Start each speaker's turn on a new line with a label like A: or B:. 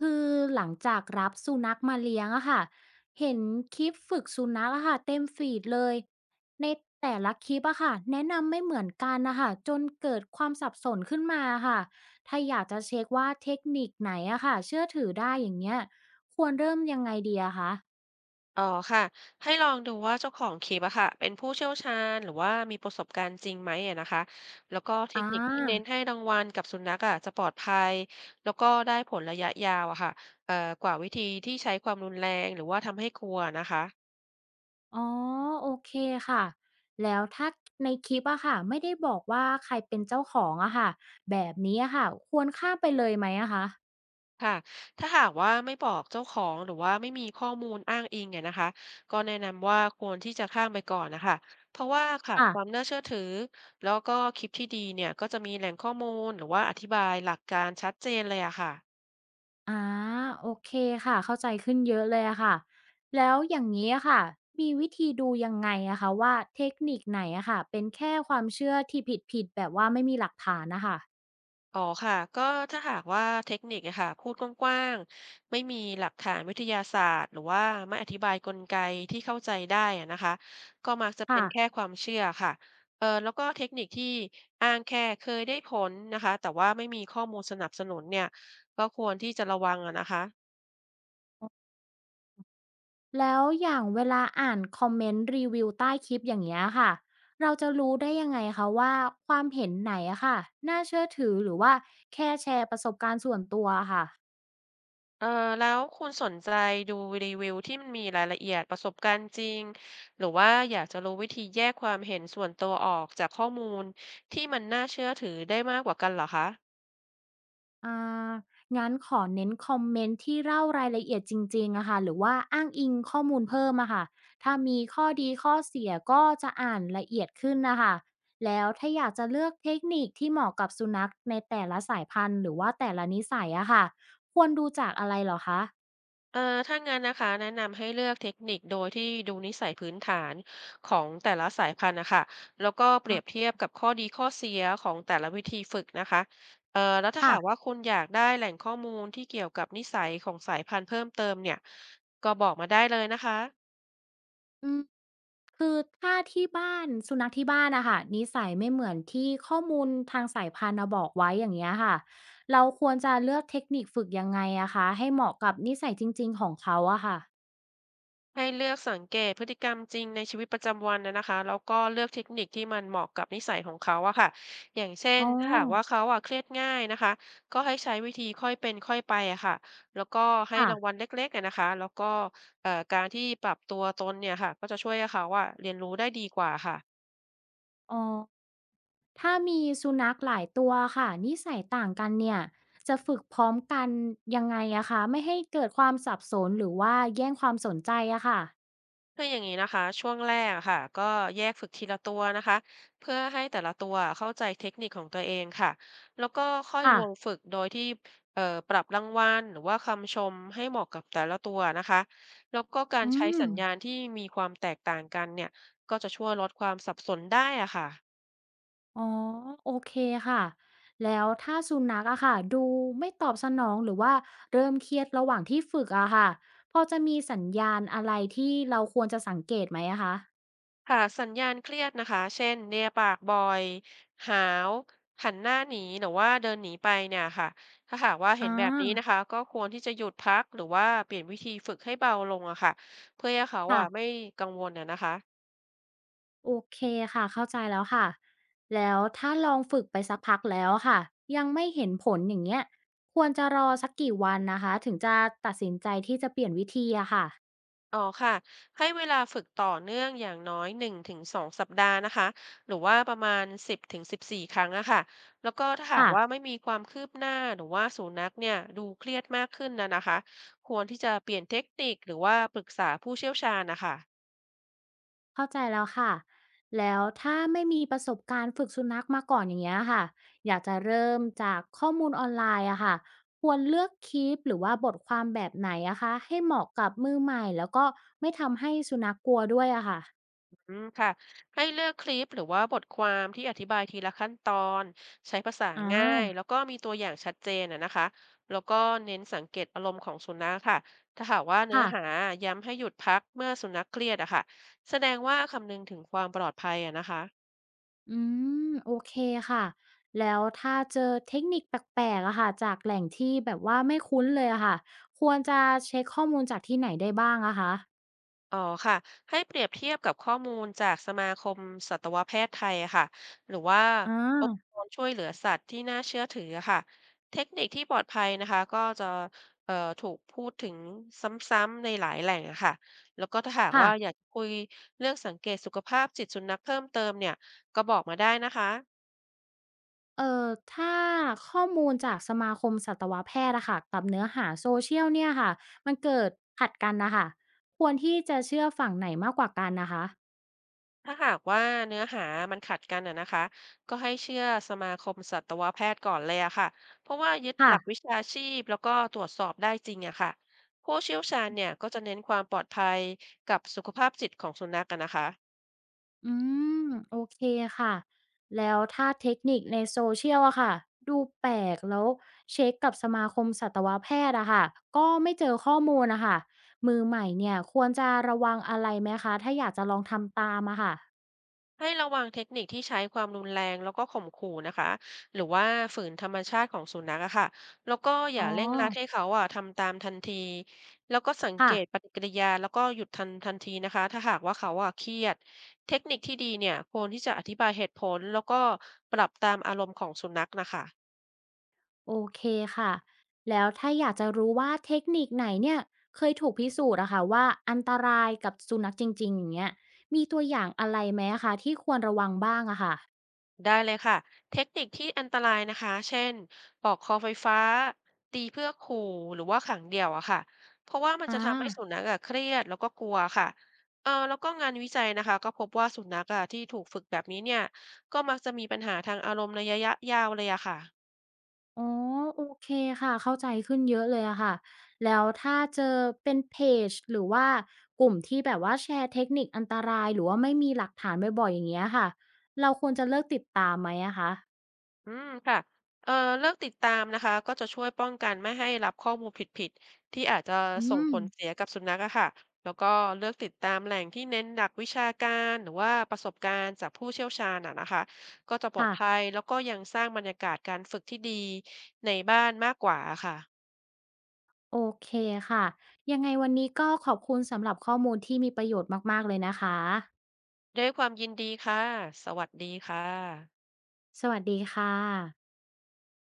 A: คือหลังจากรับสุนัขมาเลี้ยงอะค่ะเห็นคลิปฝึกสุนัขอะค่ะเต็มฟีดเลยในแต่ละคลิปอะค่ะแนะนำไม่เหมือนกันนะคะจนเกิดความสับสนขึ้นมาค่ะถ้าอยากจะเช็คว่าเทคนิคไหนอะค่ะเชื่อถือได้อย่างเงี้ยควรเริ่มยังไงดีอะคะ
B: อ๋อค่ะให้ลองดูว่าเจ้าของคลิปอะค่ะเป็นผู้เชี่ยวชาญหรือว่ามีประสบการณ์จริงไหมอะนะคะแล้วก็เทค
A: อ่า
B: นิคที่เน้นให้รางวัลกับสุนัขอะจะปลอดภัยแล้วก็ได้ผลระยะยาวอะค่ะเอ่อกว่าวิธีที่ใช้ความรุนแรงหรือว่าทำให้กลัวนะคะ
A: อ๋อโอเคค่ะแล้วถ้าในคลิปอะค่ะไม่ได้บอกว่าใครเป็นเจ้าของอะค่ะแบบนี้อะค่ะควรข้ามไปเลยไหมอะคะ
B: ค่ะถ้าหากว่าไม่บอกเจ้าของหรือว่าไม่มีข้อมูลอ้างอิงเนี่ยนะคะก็แนะนำว่าควรที่จะข้ามไปก่อนนะคะเพราะว่าขาดความ
A: ค่ะ
B: น่าเชื่อถือแล้วก็คลิปที่ดีเนี่ยก็จะมีแหล่งข้อมูลหรือว่าอธิบายหลักการชัดเจนเลยอะค่ะ
A: อาโอเคค่ะเข้าใจขึ้นเยอะเลยอะค่ะแล้วอย่างนี้อะค่ะมีวิธีดูยังไงอะคะว่าเทคนิคไหนอะค่ะเป็นแค่ความเชื่อที่ผิดๆแบบว่าไม่มีหลักฐานนะคะ
B: อ๋อค่ะก็ถ้าหากว่าเทคนิคอะค่ะพูดกว้างๆไม่มีหลักฐานวิทยาศาสตร์หรือว่าไม่อธิบายกลไกที่เข้าใจได้อะนะคะก็มักจะเป็น
A: ค่ะ
B: แค่ความเชื่อค่ะเออแล้วก็เทคนิคที่อ้างแค่เคยได้ผลนะคะแต่ว่าไม่มีข้อมูลสนับสนุนเนี่ยก็ควรที่จะระวังอะนะคะ
A: แล้วอย่างเวลาอ่านคอมเมนต์รีวิวใต้คลิปอย่างเงี้ยค่ะเราจะรู้ได้ยังไงคะว่าความเห็นไหนอะค่ะน่าเชื่อถือหรือว่าแค่แชร์ประสบการณ์ส่วนตัวอะค่ะ
B: เออแล้วคุณสนใจดูรีวิวที่มันมีรายละเอียดประสบการณ์จริงหรือว่าอยากจะรู้วิธีแยกความเห็นส่วนตัวออกจากข้อมูลที่มันน่าเชื่อถือได้มากกว่ากันเหรอคะ
A: อ่างั้นขอเน้นคอมเมนต์ที่เล่ารายละเอียดจริงๆอะค่ะหรือว่าอ้างอิงข้อมูลเพิ่มอะค่ะถ้ามีข้อดีข้อเสียก็จะอ่านละเอียดขึ้นนะคะแล้วถ้าอยากจะเลือกเทคนิคที่เหมาะกับสุนัขในแต่ละสายพันธุ์หรือว่าแต่ละนิสัยอะค่ะควรดูจากอะไรเหรอคะ
B: เออถ้างั้นนะคะแนะนำให้เลือกเทคนิคโดยที่ดูนิสัยพื้นฐานของแต่ละสายพันธุ์นะคะแล้วก็เปรี
A: อา
B: ยบเทียบกับข้อดีข้อเสียของแต่ละวิธีฝึกนะคะเออแล้วถ้า
A: ค่ะ
B: หากว่าคุณอยากได้แหล่งข้อมูลที่เกี่ยวกับนิสัยของสายพันธุ์เพิ่มเติมเนี่ยก็บอกมาได้เลยนะคะ
A: อืมคือถ้าที่บ้านสุนัขที่บ้านอะค่ะนิสัยไม่เหมือนที่ข้อมูลทางสายพันธุ์น่ะบอกไว้อย่างเงี้ยค่ะเราควรจะเลือกเทคนิคฝึกยังไงอะคะให้เหมาะกับนิสัยจริงๆของเขาอะค่ะ
B: ให้เลือกสังเกตพฤติกรรมจริงในชีวิตประจำวันนะนะคะแล้วก็เลือกเทคนิคที่มันเหมาะกับนิสัยของเขาอะค่ะอย่างเช่น
A: อ๋อ
B: ถ้าหากว่าเขาอะเครียดง่ายนะคะก็ให้ใช้วิธีค่อยเป็นค่อยไปอะค่ะแล้วก็ให้รางวั
A: ค่ะ
B: ลเล็กๆอะนะคะแล้วก็การที่ปรับตัวตนเนี่ยค่ะก็จะช่วยให้เขาอะเรียนรู้ได้ดีกว่าค่ะ
A: อ๋อถ้ามีสุนัขหลายตัวค่ะนิสัยต่างกันเนี่ยจะฝึกพร้อมกันยังไงอะคะไม่ให้เกิดความสับสนหรือว่าแย่งความสนใจอะค่ะ
B: คืออย่างนี้นะคะช่วงแรกอะค่ะก็แยกฝึกทีละตัวนะคะเพื่อให้แต่ละตัวเข้าใจเทคนิคของตัวเองค่ะแล้วก็ค่อยร
A: ค่ะ
B: วมฝึกโดยที่เอ่อปรับรางวัลหรือว่าคำชมให้เหมาะกับแต่ละตัวนะคะแล้วก็การ
A: อื
B: ใช้สั
A: ม
B: ญญาณที่มีความแตกต่างกันเนี่ยก็จะช่วยลดความสับสนได้อะค่ะ
A: อ๋อโอเคค่ะแล้วถ้าสุนัขอะค่ะดูไม่ตอบสนองหรือว่าเริ่มเครียดระหว่างที่ฝึกอะค่ะพอจะมีสัญญาณอะไรที่เราควรจะสังเกตไหมอะคะ
B: หาสัญญาณเครียดนะคะเช่นเลียปากบ่อย หาวหันหน้าหนี หรือว่าเดินหนีไปเนี่ยค่ะถ้าหากว่าเห็
A: อ่
B: นแบบนี้นะ
A: า
B: คะก็ควรที่จะหยุดพัก หรือว่าเปลี่ยนวิธีฝึกให้เบาลงอะค่ะเพื่อให้เขา
A: ค่ะ
B: อะไม่กังวลอะนะคะ
A: โอเคค่ะเข้าใจแล้วค่ะแล้วถ้าลองฝึกไปสักพักแล้วค่ะยังไม่เห็นผลอย่างเงี้ยควรจะรอสักกี่วันนะคะถึงจะตัดสินใจที่จะเปลี่ยนวิธีอะค่ะ
B: อ๋อค่ะให้เวลาฝึกต่อเนื่องอย่างน้อย1 ถึง 2 สัปดาห์นะคะหรือว่าประมาณ10 ถึง 14 ครั้งอะค่ะแล้วก็ถ้าหาก
A: ค่ะ
B: ว่าไม่มีความคืบหน้าหรือว่าสุนัขเนี่ยดูเครียดมากขึ้นนะนะคะควรที่จะเปลี่ยนเทคนิคหรือว่าปรึกษาผู้เชี่ยวชาญนะคะ
A: เข้าใจแล้วค่ะ แล้วถ้าไม่มีประสบการณ์ฝึกสุนัขมาก่อนอย่างเงี้ยค่ะ อยากจะเริ่มจากข้อมูลออนไลน์อะค่ะ ควรเลือกคลิปหรือว่าบทความแบบไหนอะคะให้เหมาะกับมือใหม่แล้วก็ไม่ทำให้สุนัขกลัวด้วยอะค่ะ
B: อืมค่ะให้เลือกคลิปหรือว่าบทความที่อธิบายทีละขั้นตอนใช้ภาษา
A: อ
B: ง่ายแล้
A: า
B: วก็มีตัวอย่างชัดเจนอะนะคะแล้วก็เน้นสังเกตอารมณ์ของสุนัขค่ะถ้าหากว่าเนื้อ
A: ค่ะ
B: หาย้ำให้หยุดพักเมื่อสุนัขเครียดอะค่ะแสดงว่าคำนึงถึงความปลอดภัยอะนะคะ
A: อืมโอเคค่ะ แล้วถ้าเจอเทคนิคแปลกๆอะค่ะจากแหล่งที่แบบว่าไม่คุ้นเลยอะค่ะ ควรจะเช็คข้อมูลจากที่ไหนได้บ้างอะคะ
B: อ๋อค่ะให้เปรียบเทียบกับข้อมูลจากสมาคมสัตวแพทย์ไทยอะค่ะหรือว่า
A: อา
B: องค์กรช่วยเหลือสัตว์ที่น่าเชื่อถืออะค่ะเทคนิคที่ปลอดภัยนะคะก็จะเอ่อถูกพูดถึงซ้ำๆในหลายแหล่งอะค่ะแล้วก็ถ้าหาก
A: ค่ะ
B: ว่าอยากคุยเรื่องสังเกตสุขภาพจิตสุนัขเพิ่มเติมเนี่ยก็บอกมาได้นะคะ
A: เอ่อถ้าข้อมูลจากสมาคมสัตวแพทย์อะค่ะกับเนื้อหาโซเชียลเนี่ยค่ะมันเกิดขัดกันนะคะควรที่จะเชื่อฝั่งไหนมากกว่ากันนะคะ
B: ถ้าหากว่าเนื้อหามันขัดกันอะนะคะก็ให้เชื่อสมาคมสัตวแพทย์ก่อนเลยอะค่ะเพราะว่ายึดห
A: ค่ะ
B: ลักวิชาชีพแล้วก็ตรวจสอบได้จริงอะค่ะผู้เชี่ยวชาญเนี่ยก็จะเน้นความปลอดภัยกับสุขภาพจิตของสุนัขกันนะคะ
A: อืมโอเคค่ะแล้วถ้าเทคนิคในโซเชียลอะค่ะดูแปลกแล้วเช็คกับสมาคมสัตวแพทย์อะค่ะก็ไม่เจอข้อมูลนะคะมือใหม่เนี่ยควรจะระวังอะไรไหมคะถ้าอยากจะลองทำตามอะค่ะ
B: ให้ระวังเทคนิคที่ใช้ความรุนแรงแล้วก็ข่มขู่นะคะหรือว่าฝืนธรรมชาติของสุนัขอะค่ะแล้วก็อ
A: อ๋อ
B: ย่าเร่งรัดให้เขาอะทำตามทันทีแล้วก็สังเก
A: ค่ะ
B: ตปฏิกิริยาแล้วก็หยุดทันทันทีนะคะถ้าหากว่าเขาอะเครียดเทคนิคที่ดีเนี่ยควรที่จะอธิบายเหตุผลแล้วก็ปรับตามอารมณ์ของสุนัขนะคะ
A: โอเคค่ะ แล้วถ้าอยากจะรู้ว่าเทคนิคไหนเนี่ยเคยถูกพิสูจน์อะค่ะว่าอันตรายกับสุนัขจริงๆอย่างเงี้ยมีตัวอย่างอะไรไหมอะคะที่ควรระวังบ้างอะค่ะ
B: ได้เลยค่ะเทคนิคที่อันตรายนะคะเช่นปอกคอไฟฟ้าตีเพื่อขู่หรือว่าขังเดี่ยวอะค่ะเพราะว่ามันจะ
A: อา
B: ทำให้สุนัขอะเครียดแล้วก็กลัวค่ะเออแล้วก็งานวิจัยนะคะก็พบว่าสุนัขอะที่ถูกฝึกแบบนี้เนี่ยก็มักจะมีปัญหาทางอารมณ์ในระยะยาวเลยอะค่ะ
A: อ๋อโอเคค่ะเข้าใจขึ้นเยอะเลยอะค่ะแล้วถ้าเจอเป็นเพจหรือว่ากลุ่มที่แบบว่าแชร์เทคนิคอันตรายหรือว่าไม่มีหลักฐานบ่อยๆอย่างเงี้ยค่ะเราควรจะเลิกติดตามไหมอะคะ
B: อืมค่ะเอ่อเลิกติดตามนะคะก็จะช่วยป้องกันไม่ให้รับข้อมูลผิดๆที่อาจจะ
A: อื
B: ส่ง
A: ม
B: ผลเสียกับสุนัขอะค่ะแล้วก็เลือกติดตามแหล่งที่เน้นหลักวิชาการหรือว่าประสบการณ์จากผู้เชี่ยวชาญอะนะคะก็จะปลอด
A: ค่ะ
B: ภัยแล้วก็ยังสร้างบรรยากาศการฝึกที่ดีในบ้านมากกว่าอะค่ะ
A: โอเคค่ะยังไงวันนี้ก็ขอบคุณสำหรับข้อมูลที่มีประโยชน์มากๆเลยนะคะ
B: ด้วยความยินดีค่ะสวัสดีค่ะ
A: สวัสดีค่ะ